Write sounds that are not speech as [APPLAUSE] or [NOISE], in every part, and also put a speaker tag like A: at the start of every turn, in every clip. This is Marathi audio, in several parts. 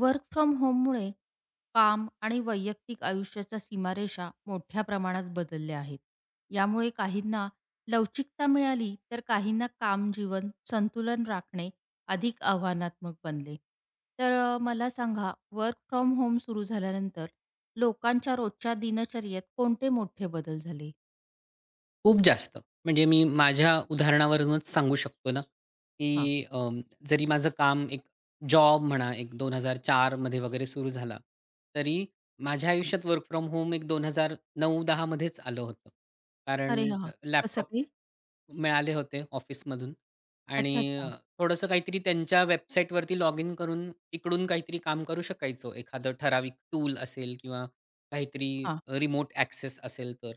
A: वर्क फ्रॉम होममुळे काम आणि वैयक्तिक आयुष्याच्या सीमारेषा मोठ्या प्रमाणात बदलल्या आहेत. यामुळे काहींना लवचिकता मिळाली तर काहींना काम जीवन संतुलन राखणे अधिक आव्हानात्मक बनले. तर मला सांगा वर्क फ्रॉम होम सुरू झाल्यानंतर लोकांच्या रोजच्या दिनचर्येत कोणते मोठे बदल झाले?
B: खूप जास्त. म्हणजे मी माझ्या उदाहरणावरूनच सांगू शकतो ना,
A: हां,
B: की जरी माझं काम एक जॉब म्हणा एक 2004 मध्ये वगैरे सुरू झाला, तरी माझ्या
A: हां.
B: आयुष्यात वर्क फ्रॉम होम एक 2009-10 मध्येच आलं होतं.
A: अरे
B: कारण
A: हां, कसं
B: लॅपटॉप
A: काही?
B: मिळाले होते ऑफिसमधून आणि
A: अच्छा, अच्छा.
B: थोडंसं काहीतरी त्यांच्या वेबसाईटवरती लॉग इन करून इकड़ून काहीतरी काम करू शकायचो. एखादं ठराविक टूल असेल किंवा काहीतरी
A: हां,
B: रिमोट ॲक्सेस असेल तर.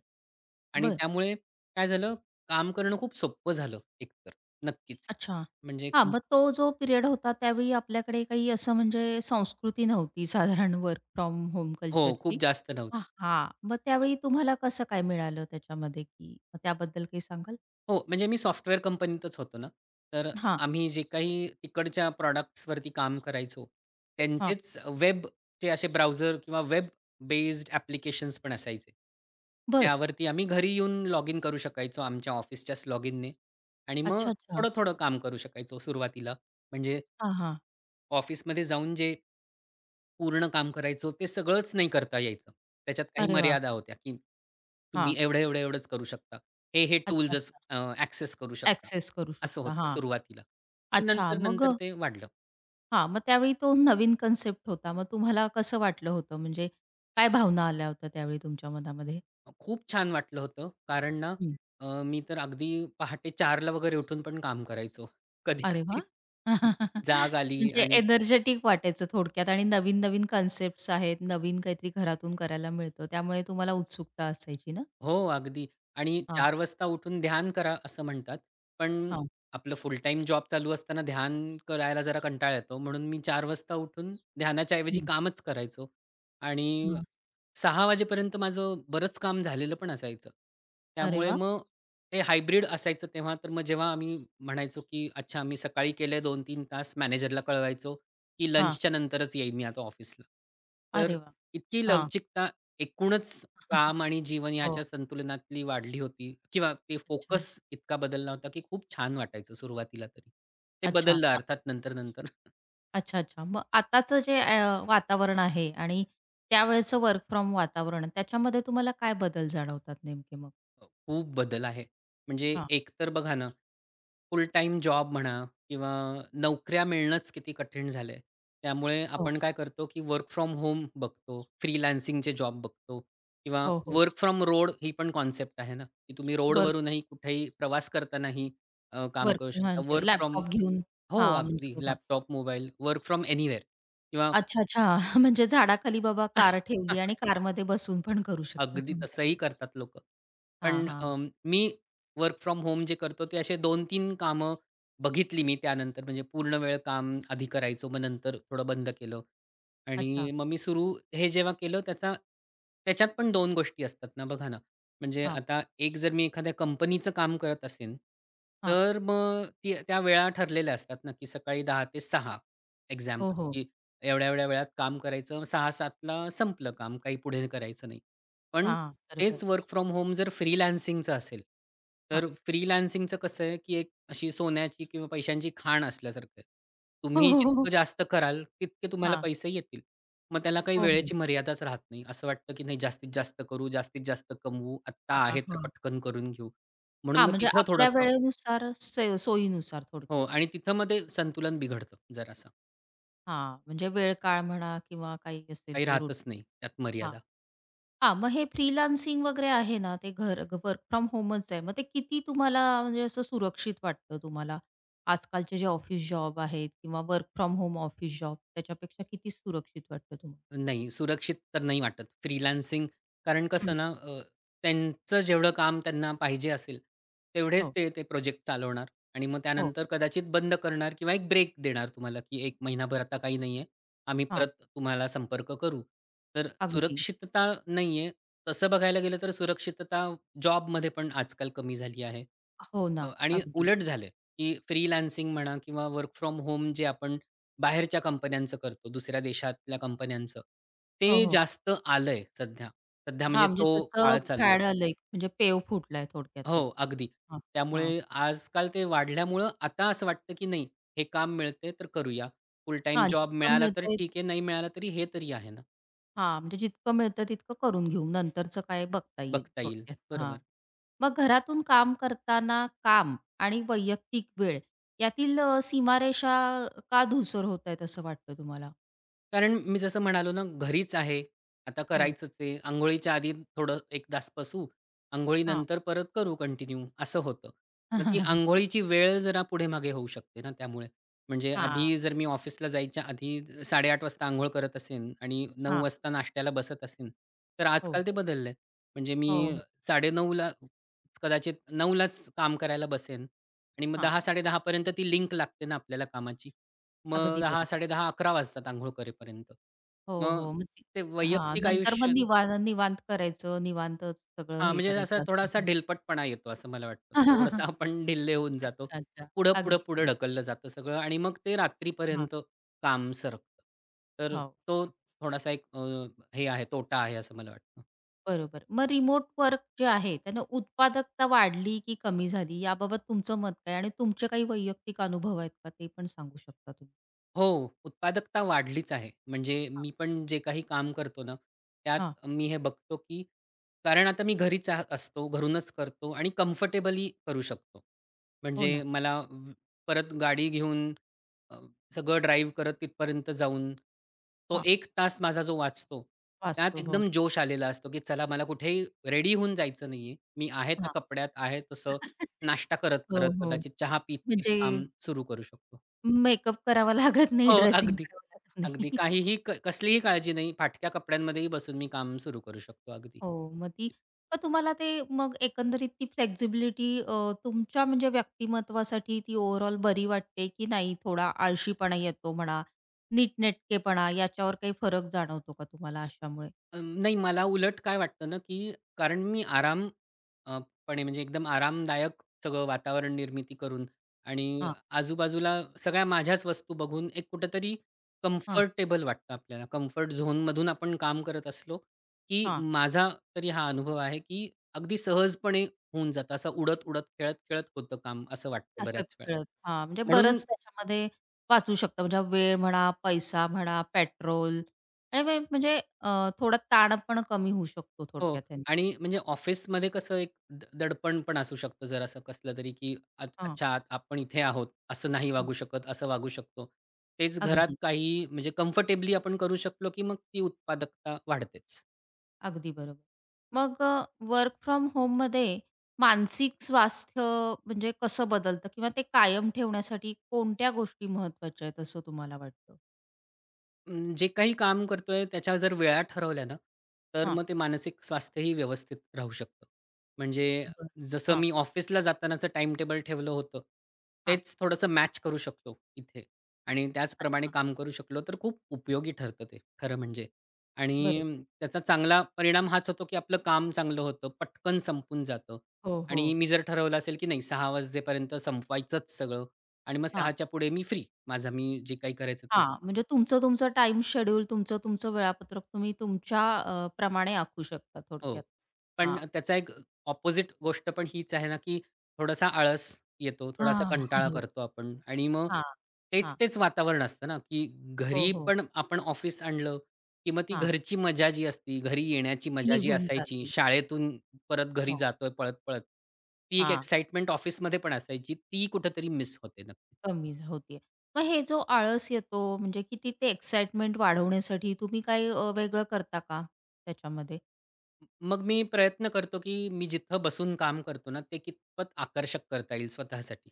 B: आणि
A: बरं.
B: त्यामुळे काय झालं काम करणं खूप सोपं झालं एकतर. नक्कीच.
A: अच्छा.
B: म्हणजे
A: हां,
B: कंप
A: मग तो जो पिरियड होता त्यावेळी आपल्याकडे काही असं म्हणजे संस्कृती नव्हती साधारण वर्क फ्रॉम होम
B: हो, खूप
A: कल्चरची.
B: जास्त
A: हां.
B: नव्हती.
A: हां, मग त्यावेळी तुम्हाला कसं काय मिळालं त्याच्यामध्ये, की मग त्याबद्दल काही सांगाल?
B: हो, म्हणजे मी सॉफ्टवेअर कंपनीतच होतो ना. तर
A: हां,
B: आम्ही जे काही तिकडच्या प्रॉडक्ट्सवरती काम करायचो,
A: हां.
B: त्यांचेच वेबचे असे ब्राउझर किंवा वेब बेस्ड ॲप्लिकेशन्स पण असायचे.
A: बरं.
B: त्यावरती आम्ही घरी येऊन लॉग इन करू शकायचो आमच्या ऑफिसच्याच लॉगिनने आणि मग
A: अच्छा, अच्छा.
B: थोडं-थोडं काम करू शकायचो सुरुवातीला. म्हणजे
A: हां, हां.
B: ऑफिसमध्ये जाऊन जे पूर्ण काम करायचो, ते सगळंच नाही करता यायचं. त्याच्यात काही
A: अरे वाह!
B: मर्यादा होत्या, की तुम्ही
A: हां.
B: एवढं, एवढं, एवढंच करू शकता. हे
A: अच्छा,
B: टूल्सच
A: अच्छा.
B: ॲक्सेस करू शकता.
A: ॲक्सेस करू
B: असं
A: शकता.
B: होतं
A: हां.
B: सुरुवातीला.
A: अच्छा.
B: नंतर,
A: मग
B: नंतर ते वाढलं.
A: मग त्यावेळी तो नवीन कन्सेप्ट होता. मग तुम्हाला कसं वाटलं होतं? म्हणजे काय भावना आल्या होत्या त्यावेळी तुमच्या मनामध्ये?
B: खूप छान वाटलं होतं कारण ना मी तर अगदी पहाटे 4:00 ला वगैरे उठून पण काम करायचो.
A: अरे वाह!
B: कधी-कधी [LAUGHS]
A: [LAUGHS]
B: जाग आली
A: म्हणजे एनर्जेटिक वाटायचं थोडक्यात आणि नवीन-नवीन कन्सेप्ट्स आहेत, नवीन काहीतरी घरातून करायला मिळतं, त्यामुळे तुम्हाला उत्सुकता असायची ना?
B: हो, अगदी आणि
A: हां,
B: चार वाजता उठून ध्यान करा असं म्हणतात. पण
A: हां.
B: आपलं फुल टाईम जॉब चालू असताना ध्यान करायला जरा कंटाळा येतो. म्हणून मी 4 वाजता उठून ध्यानाच्या ऐवजी
A: हं,
B: कामच करायचो आणि
A: हं.
B: 6:00 वाजेपर्यंत माझं बरंच काम झालेलं पण असायचं.
A: अरे
B: त्यामुळे
A: वाह!
B: मग ते हायब्रिड असायचं तेव्हा, तर मग जेव्हा आम्ही म्हणायचो, की अच्छा मी सकाळी केले 2-3 तास मॅनेजरला कळवायचो, की
A: हां.
B: लंचच्या नंतरच येईन मी आता ऑफिसला. तर
A: अरे वाह!
B: इतकी
A: हां.
B: लवचिकता एकूणच काम आणि जीवन
A: हो.
B: याच्या संतुलनातली वाढली होती किंवा ते
A: अच्छा.
B: फोकस इतका बदलला होता, की खूप छान वाटायचं सुरुवातीला तरी. ते
A: अच्छा.
B: बदललं
A: मग
B: अर्थात नंतर-नंतर.
A: अच्छा, अच्छा. मग आताचं जे वातावरण आहे आणि त्यावेळेचं वर्क फ्रॉम वातावरण, त्याच्यामध्ये तुम्हाला काय बदल जाणवतात नेमके मग?
B: हो, खूप बदल आहे. म्हणजे
A: हां.
B: एकतर बघा ना, फुल टाईम जॉब म्हणा किंवा नोकऱ्या मिळणंच किती कठीण झालंय. त्यामुळे
A: हो,
B: आपण काय करतो, की वर्क फ्रॉम होम बघतो, फ्रीलान्सिंगचे जॉब बघतो किंवा
A: हो, हो.
B: वर्क फ्रॉम रोड ही पण कॉन्सेप्ट आहे ना, की तुम्ही
A: वर्क
B: रोडवरूनही कुठेही प्रवास करतानाही काम
A: वर्क
B: करू शकता.
A: म्हणजे
B: वर्क फ्रॉम
A: लॅपटॉप घेऊन
B: हो,
A: हां, म्हणजे
B: अगदी
A: बाबा
B: laptop, mobile, work from anywhere किंवा
A: अच्छा, अच्छा. [LAUGHS] म्हणजे झाडाखाली बाबा कार ठेवली आणि
B: [LAUGHS]
A: कारमध्ये बसून पण करू शकता
B: अगदी
A: तुम्ही
B: तसंही
A: तसं.
B: करतात लोक पण
A: हां, हां.
B: मी वर्क फ्रॉम होम जे करतो ते असे 2-3 कामं बघितली मी त्यानंतर म्हणजे पूर्ण वेळ काम आधी करायचो मग नंतर थोडं बंद केलं. आणि
A: अच्छा.
B: मग मी सुरू हे जेव्हा केलं त्याचा त्याच्यात पण 2 गोष्टी असतात ना बघा ना. म्हणजे
A: हां,
B: आता एक जर मी एखाद्या कंपनीचं काम करत असेन,
A: हां.
B: तर मग ती त्या वेळा ठरलेल्या असतात ना, की सकाळी 10 ते 6
A: हो,
B: एक्झाम्पल,
A: हो.
B: की एवढ्या-एवढ्या वेळात काम करायचं. सहा 7 ला संपलं काम. काही पुढे करायचं नाही. पण
A: हां, बरोबर.
B: तेच वर्क फ्रॉम होम जर फ्रीलान्सिंगचं असेल,
A: हां.
B: तर फ्रीलान्सिंगचं कसं आहे, की एक अशी सोन्याची किंवा पैशांची खाण असल्यासारखं आहे.
A: [LAUGHS] हो,
B: तुम्ही
A: हो, हो, हो.
B: जितकं जास्त कराल, तितके तुम्हाला
A: हां.
B: पैसे येतील. मग त्याला काही
A: हो, हो.
B: वेळेची मर्यादाच राहत नाही. असं वाटतं, की नाही जास्तीत जास्त करू, जास्तीत जास्त कमवू, आत्ता
A: हां, हां,
B: आहे तर
A: हां.
B: पटकन करून घेऊ. म्हणून
A: हां,
B: मग
A: म्हणजे
B: तिथं
A: आपल्या
B: थोडंसं
A: वेळेनुसार सोयीनुसार
B: हो
A: थोडक्यात.
B: आणि तिथं मग संतुलन बिघडतं जरासं.
A: हां, म्हणजे वेळ काळ म्हणा किंवा काही असेल
B: काही
A: ते रूट.
B: राहतच नाही त्यात
A: हां.
B: मर्यादा.
A: हां, मग हे फ्रीलान्सिंग वगैरे आहे ना, ते घर वर्क फ्रॉम होमच आहे. मग ते किती तुम्हाला म्हणजे असं सुरक्षित वाटतं तुम्हाला? आजकालचे जे ऑफिस जॉब आहेत किंवा work from home office job त्याच्यापेक्षा किती सुरक्षित वाटतं तुम्हाला?
B: नाही, सुरक्षित तर नाही वाटत फ्रीलान्सिंग. कारण
A: हं.
B: कसं ना त्यांचं जेवढं काम त्यांना पाहिजे असेल, तेवढेच
A: हो.
B: ते प्रोजेक्ट चालवणार आणि मग
A: हो.
B: त्यानंतर कदाचित बंद करणार किंवा एक ब्रेक देणार तुम्हाला, की एक महिनाभर आता काही नाहीये. आम्ही
A: हां,
B: परत तुम्हाला संपर्क करू. तर
A: अगदी.
B: सुरक्षितता नाहीये. तसं बघायला गेलं तर सुरक्षितता जॉबमध्ये पण आजकाल कमी झाली आहे.
A: हो ना,
B: आणि
A: अगदी.
B: उलट झालंय, की फ्रीलान्सिंग म्हणा किंवा वर्क फ्रॉम होम जे आपण बाहेरच्या कंपन्यांचं करतो, दुसऱ्या देशातल्या कंपन्यांचं,
A: हो,
B: ते
A: हो.
B: जास्त आलंय सध्या. सध्या म्हणजे
A: हां, म्हणजे
B: तो काळ
A: त्याचं
B: चालू आहे.
A: फॅड आलंय म्हणजे पेव फुटलाय थोडक्यातच.
B: हो, अगदी.
A: हां,
B: त्यामुळे
A: हां.
B: आजकाल ते वाढल्यामुळं आता असं वाटतं, की नाही हे काम मिळतंय तर करूया. फुल टाईम
A: हां,
B: जॉब
A: जितकं
B: मिळाला तर
A: मिळतंय
B: ठीक आहे, नाही मिळाला तरी हे तरी आहे ना,
A: हां, म्हणजे जितकं मिळतं तितकं करून घेऊ. नंतरचं काय बघता येईल
B: बघता येईल.
A: थोडक्यात. हां.
B: बरोबर.
A: मग घरातून काम करताना काम आणि वैयक्तिक वेळ यातील सीमारेषा का धूसर होत आहेत असं वाटतं तुम्हाला?
B: कारण मी जसं म्हणालो ना, घरीच आहे. आता
A: हं,
B: करायचंच आहे. अंघोळीच्या आधी थोडं एक तास बसू,
A: हां.
B: अंघोळीनंतर परत करू कंटिन्यू असं होतं. मग ती
A: [LAUGHS]
B: अंघोळीची वेळ जरा पुढे-मागे होऊ शकते ना त्यामुळे. म्हणजे
A: हां,
B: आधी जर मी ऑफिसला जायच्या आधी 8:30 वाजता अंघोळ करत असेन आणि 9
A: हां.
B: वाजता नाश्त्याला बसत असेन, तर
A: हो,
B: आजकाल ते
A: हो.
B: बदललंय. म्हणजे मी
A: हो, हो.
B: 9:30 कदाचित 9 काम करायला बसेन आणि मग
A: हां,
B: 10, 10:30 ती लिंक लागते ना आपल्याला कामाची. मग
A: अगदी
B: 10,
A: बरोबर.
B: 10:30, 11 वाजतात अंघोळ करेपर्यंत.
A: हो,
B: मग
A: हो. मग ते
B: ते
A: हां,
B: वैयक्तिक
A: नंतर मग
B: आयुष्यात
A: निवांत निवांत करायचं, निवांतच सगळं
B: हां,
A: हे
B: म्हणजे असा
A: करायचं
B: थोडासा
A: असं.
B: ढिलपटपणा येतो असं मला वाटतं. थोडंसं
A: [LAUGHS]
B: आपण ढिल्ले होऊन जातो.
A: अच्छा, अच्छा.
B: पुढं, पुढं,
A: अगदी
B: पुढं
A: बरोबर.
B: ढकललं जातं सगळं आणि मग ते
A: हां,
B: रात्रीपर्यंत काम सरकतं. तर
A: हो.
B: तो थोडासा एक हे आहे, तोटा आहे असं मला वाटतं.
A: बरोबर. मग रिमोट वर्क जे आहे त्यानं उत्पादकता वाढली की कमी झाली याबाबत तुमचं मत काय? आणि तुमचे काही वैयक्तिक अनुभव आहेत का? ते पण सांगू शकता तुम्ही?
B: हो, उत्पादकता वाढलीच आहे. म्हणजे
A: हां.
B: मी पण जे काही काम करतो ना,
A: हां.
B: त्यात मी हे बघतो, की कारण आता मी घरीच आ असतो, घरूनच करतो आणि कम्फर्टेबली करू शकतो.
A: हो
B: म्हणजे
A: ना.
B: मला व परत गाडी घेऊन अ, सगळं ड्राईव्ह करत तिथपर्यंत जाऊन, तो
A: हां.
B: एक तास माझा जो वाचतो, त्यात
A: वाचतो. हो.
B: एकदम जोश आलेला असतो, की चला मला कुठेही रेडी होऊन जायचं नाहीये. मी आहे त्या
A: हां.
B: कपड्यात, आहे तसं
A: [LAUGHS]
B: नाश्ता
A: हो,
B: करत-करत,
A: हो.
B: कदाचित चहा पीत-पीत
A: म्हणजे
B: काम सुरू करू शकतो.
A: मेकअप करावा लागत नाही,
B: हो,
A: ड्रेसिंग
B: अगदी.
A: करावं लागत
B: अगदी
A: नाही.
B: काहीही क कसलीही काळजी नाही. फाटक्या कपड्यांमध्येही बसून मी काम सुरू करू शकतो अगदी.
A: हो, मग ती मग तुम्हाला ते मग एकंदरीत ती फ्लेक्सिबिलिटी तुमच्या म्हणजे व्यक्तिमत्वासाठी ती ओव्हरऑल बरी वाटते, की नाही थोडा आळशीपणा येतो म्हणा, नीटनेटकेपणा याच्यावर काही फरक जाणवतो का तुम्हाला अशामुळे?
B: नाही मला उलट काय वाटतं ना, की कारण मी आराम अ, पणे म्हणजे एकदम आरामदायक सगळं वातावरण निर्मिती करून आणि
A: हां,
B: आजूबाजूला सगळ्या माझ्याच वस्तू बघून एक कुठेतरी
A: हां,
B: कम्फर्टेबल वाटतं आपल्याला. कम्फर्ट झोनमधून आपण काम करत असलो, की
A: हां.
B: माझा तरी हा अनुभव आहे, की अगदी सहजपणे होऊन जातं. असं उडत-उडत, खेळत-खेळत होतं काम असं वाटतं बऱ्याच वेळा.
A: हसत-खेळत. हां, म्हणजे
B: म्हणून
A: बरंच त्याच्यामध्ये वाचू शकतं म्हणजे वेळ म्हणा, पैसा म्हणा, पेट्रोल आणि वे म्हणजे थोडा ताण पण कमी होऊ शकतो
B: हो.
A: थोडक्यात ह्याने.
B: आणि म्हणजे ऑफिसमध्ये कसं एक द दडपण पण असू शकतं जरासं कसलं तरी, की अ
A: हां,
B: अच्छा आत- आपण इथे आहोत, असं नाही
A: हां.
B: वागू शकत, असं वागू शकतो. तेच घरात
A: अगदी.
B: काही म्हणजे कम्फर्टेबली आपण करू शकलो, की मग ती उत्पादकता वाढतेच.
A: अगदी बरोबर. मग वर्क फ्रॉम होममध्ये मानसिक स्वास्थ्य म्हणजे कसं बदलतं किंवा ते कायम ठेवण्यासाठी कोणत्या गोष्टी महत्त्वाच्या आहेत असं तुम्हाला वाटतं?
B: जे काही काम करतोय त्याच्या जर वेळा ठरवल्या ना, तर
A: हां.
B: मग ते मानसिक स्वास्थ्यही व्यवस्थित राहू शकतं. म्हणजे
A: बरं.
B: जसं
A: हां,
B: मी ऑफिसला जातानाचं टाईमटेबल ठेवलं होतं,
A: हां.
B: तेच थोडंसं मॅच करू शकतो इथे आणि त्याचप्रमाणे
A: अच्छा.
B: काम करू शकलो, तर खूप उपयोगी ठरतं ते खरं म्हणजे. आणि
A: बरोबर.
B: त्याचा चांगला परिणाम हाच होतो, की आपलं काम चांगलं होतं, पटकन संपून जातं
A: हो, हो.
B: आणि मी जर ठरवलं असेल, की नाही 6 वाजेपर्यंत संपवायचंच सगळं आणि मग
A: हां,
B: 6च्या पुढे मी फ्री. माझा मी जे काही करायचं ते
A: हां. म्हणजे तुमचं तुमचं टाइम शेड्यूल, तुमचं तुमचं वेळापत्रक तुम्ही तुमच्या प्रमाणे आखू शकता
B: हो.
A: थोडक्यात.
B: पण
A: हां.
B: त्याचा एक ऑपोझिट गोष्ट पण हीच आहे ना, की थोडासा आळस येतो, थोडासा कंटाळा
A: हां.
B: करतो आपण आणि मग
A: हां. हां.
B: तेच-तेच वातावरण असतं ना, की
A: हो,
B: घरी
A: हो.
B: पण आपण ऑफिस आणलं, की मग ती
A: हां.
B: घरची मजा जी असती, घरी येण्याची
A: ती
B: मजा जी
A: निघून
B: असायची,
A: जातील.
B: शाळेतून परत घरी
A: हो.
B: जातोय पळत-पळत, ती एक एक्साईटमेंट ऑफिसमध्ये पण असायची, ती कुठेतरी मिस होते नक्कीच.
A: कमी होतीये. मग हे जो आळस येतो म्हणजे किती ते एक्साइटमेंट वाढवण्यासाठी तुम्ही काही वेगळं करता का त्याच्यामध्ये?
B: मग मी प्रयत्न करतो, की मी जिथं बसून काम करतो ना, ते कितपत आकर्षक करता येईल स्वतःसाठी.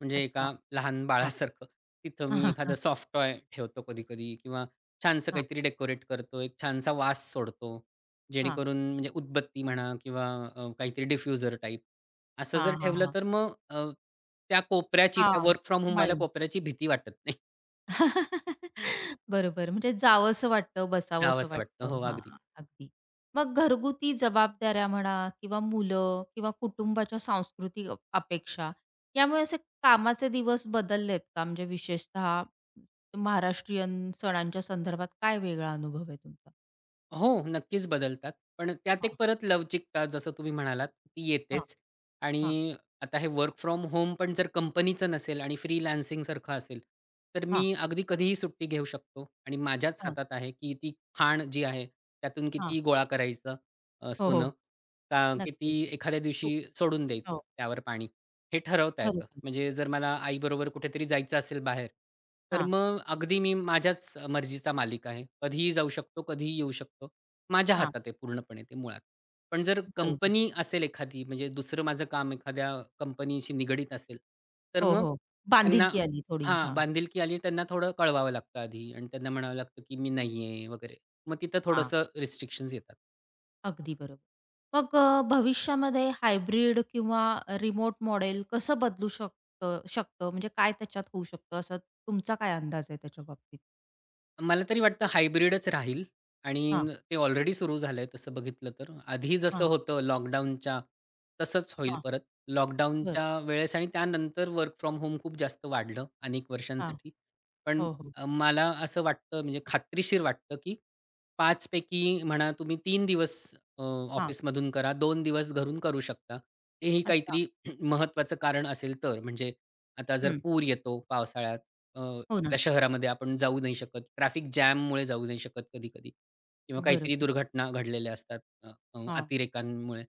B: म्हणजे
A: अच्छा.
B: एका लहान
A: हां.
B: बाळासारखं तिथं मी एखादा
A: [LAUGHS]
B: सॉफ्ट टॉय ठेवतो कधी-कधी किंवा छानसं
A: हां, हां, हां. हां.
B: काहीतरी डेकोरेट करतो. एक छानसा वास सोडतो. जेणेकरून म्हणजे उदबत्ती म्हणा किंवा काहीतरी डिफ्युजर टाईप असं जर
A: हां, हां,
B: ठेवलं
A: हां.
B: तर मग त्या कोपऱ्याची,
A: हां.
B: त्या
A: हां.
B: वर्क फ्रॉम होमवाल्या कोपऱ्याची भीती वाटत नाही.
A: [LAUGHS]
B: [LAUGHS]
A: बरोबर. म्हणजे जावसं वाटतं, बसावसं
B: जावसं वाटतं.
A: वाटतं.
B: हो,
A: हां,
B: अगदी.
A: अगदी. मग घरगुती जबाबदाऱ्या म्हणा किंवा मुलं किंवा कुटुंबाच्या सांस्कृतिक अपेक्षा यामुळे असे कामाचे दिवस बदललेत का? म्हणजे विशेषतः महाराष्ट्रीयन सणांच्या संदर्भात काय वेगळा अनुभव आहे तुमचा?
B: हो, नक्कीच बदलतात. पण त्यात एक
A: हां,
B: परत लवचिकता जसं तुम्ही म्हणालात, ती
A: हां,
B: येतेच.
A: हां,
B: आणि आता हे वर्क फ्रॉम होम पण जर कंपनीचं नसेल आणि फ्रीलान्सिंगसारखं असेल, तर
A: हां,
B: मी अगदी कधीही सुट्टी घेऊ शकतो आणि माझ्याच
A: हां,
B: हातात आहे, की ती खाण जी आहे, त्यातून
A: हां.
B: किती गोळा करायचं
A: हो,
B: सोनं
A: हो.
B: का किती
A: नक्कीच.
B: एखाद्या दिवशी
A: हो,
B: सोडून द्यायचं
A: हो.
B: त्यावर पाणी. हे ठरवता येतं.
A: बरोबर.
B: म्हणजे जर मला आईबरोबर कुठेतरी जायचं असेल बाहेर, तर
A: हां,
B: मग अगदी मी माझ्याच मर्जीचा मालिक आहे. कधीही जाऊ शकतो, कधीही येऊ शकतो. माझ्या
A: हां.
B: हातात आहे पूर्णपणे ते मुळात. पण जर
A: बरोबर.
B: कंपनी असेल एखादी, म्हणजे दुसरं माझं काम एखाद्या कंपनीशी निगडीत असेल, तर
A: हो,
B: मग
A: हो.
B: त्यांना
A: बांधिलकी आली थोडी.
B: हां,
A: हां,
B: बांधिलकी आली त्यांना थोडं कळवावं लागतं आधी आणि त्यांना म्हणावं लागतं, की "मी नाही आहे" वगैरे. मग तिथं
A: हां.
B: थोडंसं रिस्ट्रिक्शन्स येतात.
A: अगदी बरोबर. मग भविष्यामध्ये हायब्रिड किंवा रिमोट मॉडेल कसं बदलू शकतं शकतं म्हणजे काय त्याच्यात होऊ शकतं असं तुमचा काय अंदाज आहे त्याच्या बाबतीत?
B: मला तरी वाटतं हायब्रिडच राहील आणि
A: हां,
B: ते ऑलरेडी सुरू झालंय तसं बघितलं तर. आधी जसं
A: हां,
B: होतं लॉकडाऊनच्या तसंच होईल
A: हां.
B: परत.
A: बरं.
B: लॉकडाऊनच्या वेळेस आणि त्यानंतर वर्क फ्रॉम होम खूप जास्त वाढलं अनेक
A: हां.
B: वर्षांसाठी. पण
A: हो, हो.
B: मला असं वाटतं म्हणजे खात्रीशीर वाटतं, की 5 म्हणा तुम्ही 3 दिवस
A: हां.
B: ऑफिसमधून करा, 2 दिवस घरून करू शकता. तेही
A: अच्छा.
B: काहीतरी [CLEARS THROAT] महत्त्वाचं कारण असेल तर. म्हणजे आता जर
A: हं.
B: पूर येतो पावसाळ्यात अ,
A: हो ना.
B: आपल्या शहरामध्ये आपण जाऊ नाही शकत. ट्रॅफिक जॅममुळे जाऊ नाही शकत कधी-कधी किंवा काहीतरी
A: बरोबर.
B: दुर्घटना घडलेल्या असतात अ, अ,
A: हां,
B: अतिरेकांमुळे.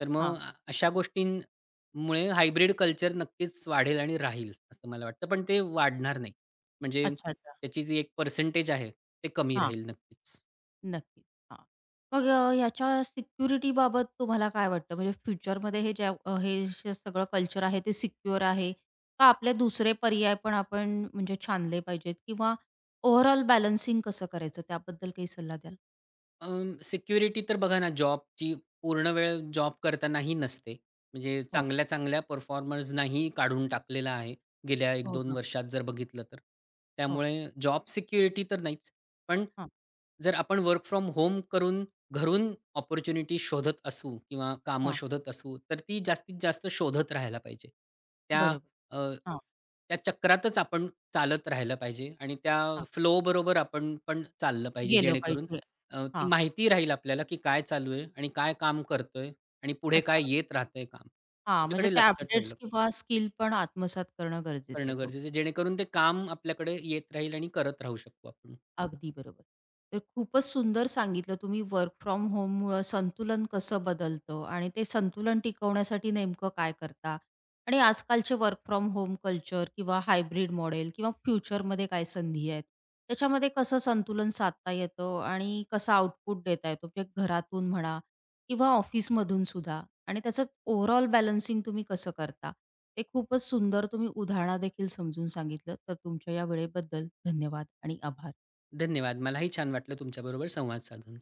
B: तर मग
A: हां.
B: अशा गोष्टींमुळे हायब्रिड कल्चर नक्कीच वाढेल आणि राहील असं मला वाटतं. पण ते वाढणार नाही. म्हणजे
A: अच्छा, अच्छा.
B: त्याची जी एक पर्सेंटेज आहे ते कमी
A: हां.
B: राहील नक्कीच.
A: नक्कीच. हां. मग याच्या सिक्युरिटीबाबत तुम्हाला काय वाटतं? म्हणजे फ्युचरमध्ये हे जे सगळं कल्चर आहे ते सिक्युअर आहे का आपले दुसरे पर्याय पण आपण म्हणजे छानले पाहिजेत किंवा ओव्हरऑल बॅलन्सिंग कसं करायचं त्याबद्दल काही सल्ला द्याल?
B: सिक्युरिटी तर बघा ना, जॉबची पूर्ण वेळ जॉब करतानाही नसते. म्हणजे
A: हो.
B: चांगल्या, चांगल्या परफॉर्मर्सनाही काढून टाकलेलं आहे, गेल्या
A: हो
B: 1-2
A: ना.
B: वर्षात जर बघितलं तर.
A: हो.
B: त्यामुळे जॉब सिक्युरिटी तर नाहीच. पण
A: हां,
B: जर आपण वर्क फ्रॉम होम करून घरून अपॉर्च्युनिटी शोधत असू किंवा कामं
A: हां.
B: शोधत असू, तर ती जास्तीत जास्त शोधत राहायला पाहिजे. त्या
A: बरोबर.
B: अ,
A: हां,
B: त्या चक्रातच आपण चालत राहिलं पाहिजे आणि त्या
A: हां.
B: फ्लोबरोबर आपण पण चाललं पाहिजे,
A: गेलं
B: जेणेकरून
A: पाहिजे.
B: ती
A: हां.
B: माहिती राहील आपल्याला, की काय चालू आहे आणि काय काम करतोय आणि पुढे काय
A: अच्छा.
B: येत राहतंय काम.
A: हां, म्हणजे
B: त्याच्याकडे
A: त्या
B: लक्ष
A: अपडेट्स
B: ठेवलं
A: किंवा स्किल पण आत्मसात करणं गरजेचं आहे
B: करणं
A: थोडं.
B: गरजेचं आहे, जेणेकरून ते काम आपल्याकडे येत राहील आणि करत राहू शकतो आपण.
A: अगदी बरोबर. तर खूपच सुंदर सांगितलं तुम्ही वर्क फ्रॉम होममुळं संतुलन कसं बदलतं आणि ते संतुलन टिकवण्यासाठी नेमकं काय करता? आणि आजकालचे वर्क फ्रॉम होम कल्चर किंवा हायब्रिड मॉडेल किंवा फ्युचरमध्ये काय संधी आहेत? त्याच्यामध्ये कसं संतुलन साधता येतं आणि कसा आउटपुट देता येतो? म्हणजे घरातून म्हणा किंवा ऑफिसमधून सुद्धा आणि त्याचं ओव्हरऑल बॅलन्सिंग तुम्ही कसं करता? ते खूपच सुंदर तुम्ही उदाहरणदेखील समजून सांगितलं. तर तुमच्या या वेळेबद्दल धन्यवाद आणि आभार.
B: धन्यवाद. मलाही छान वाटलं तुमच्याबरोबर संवाद साधून.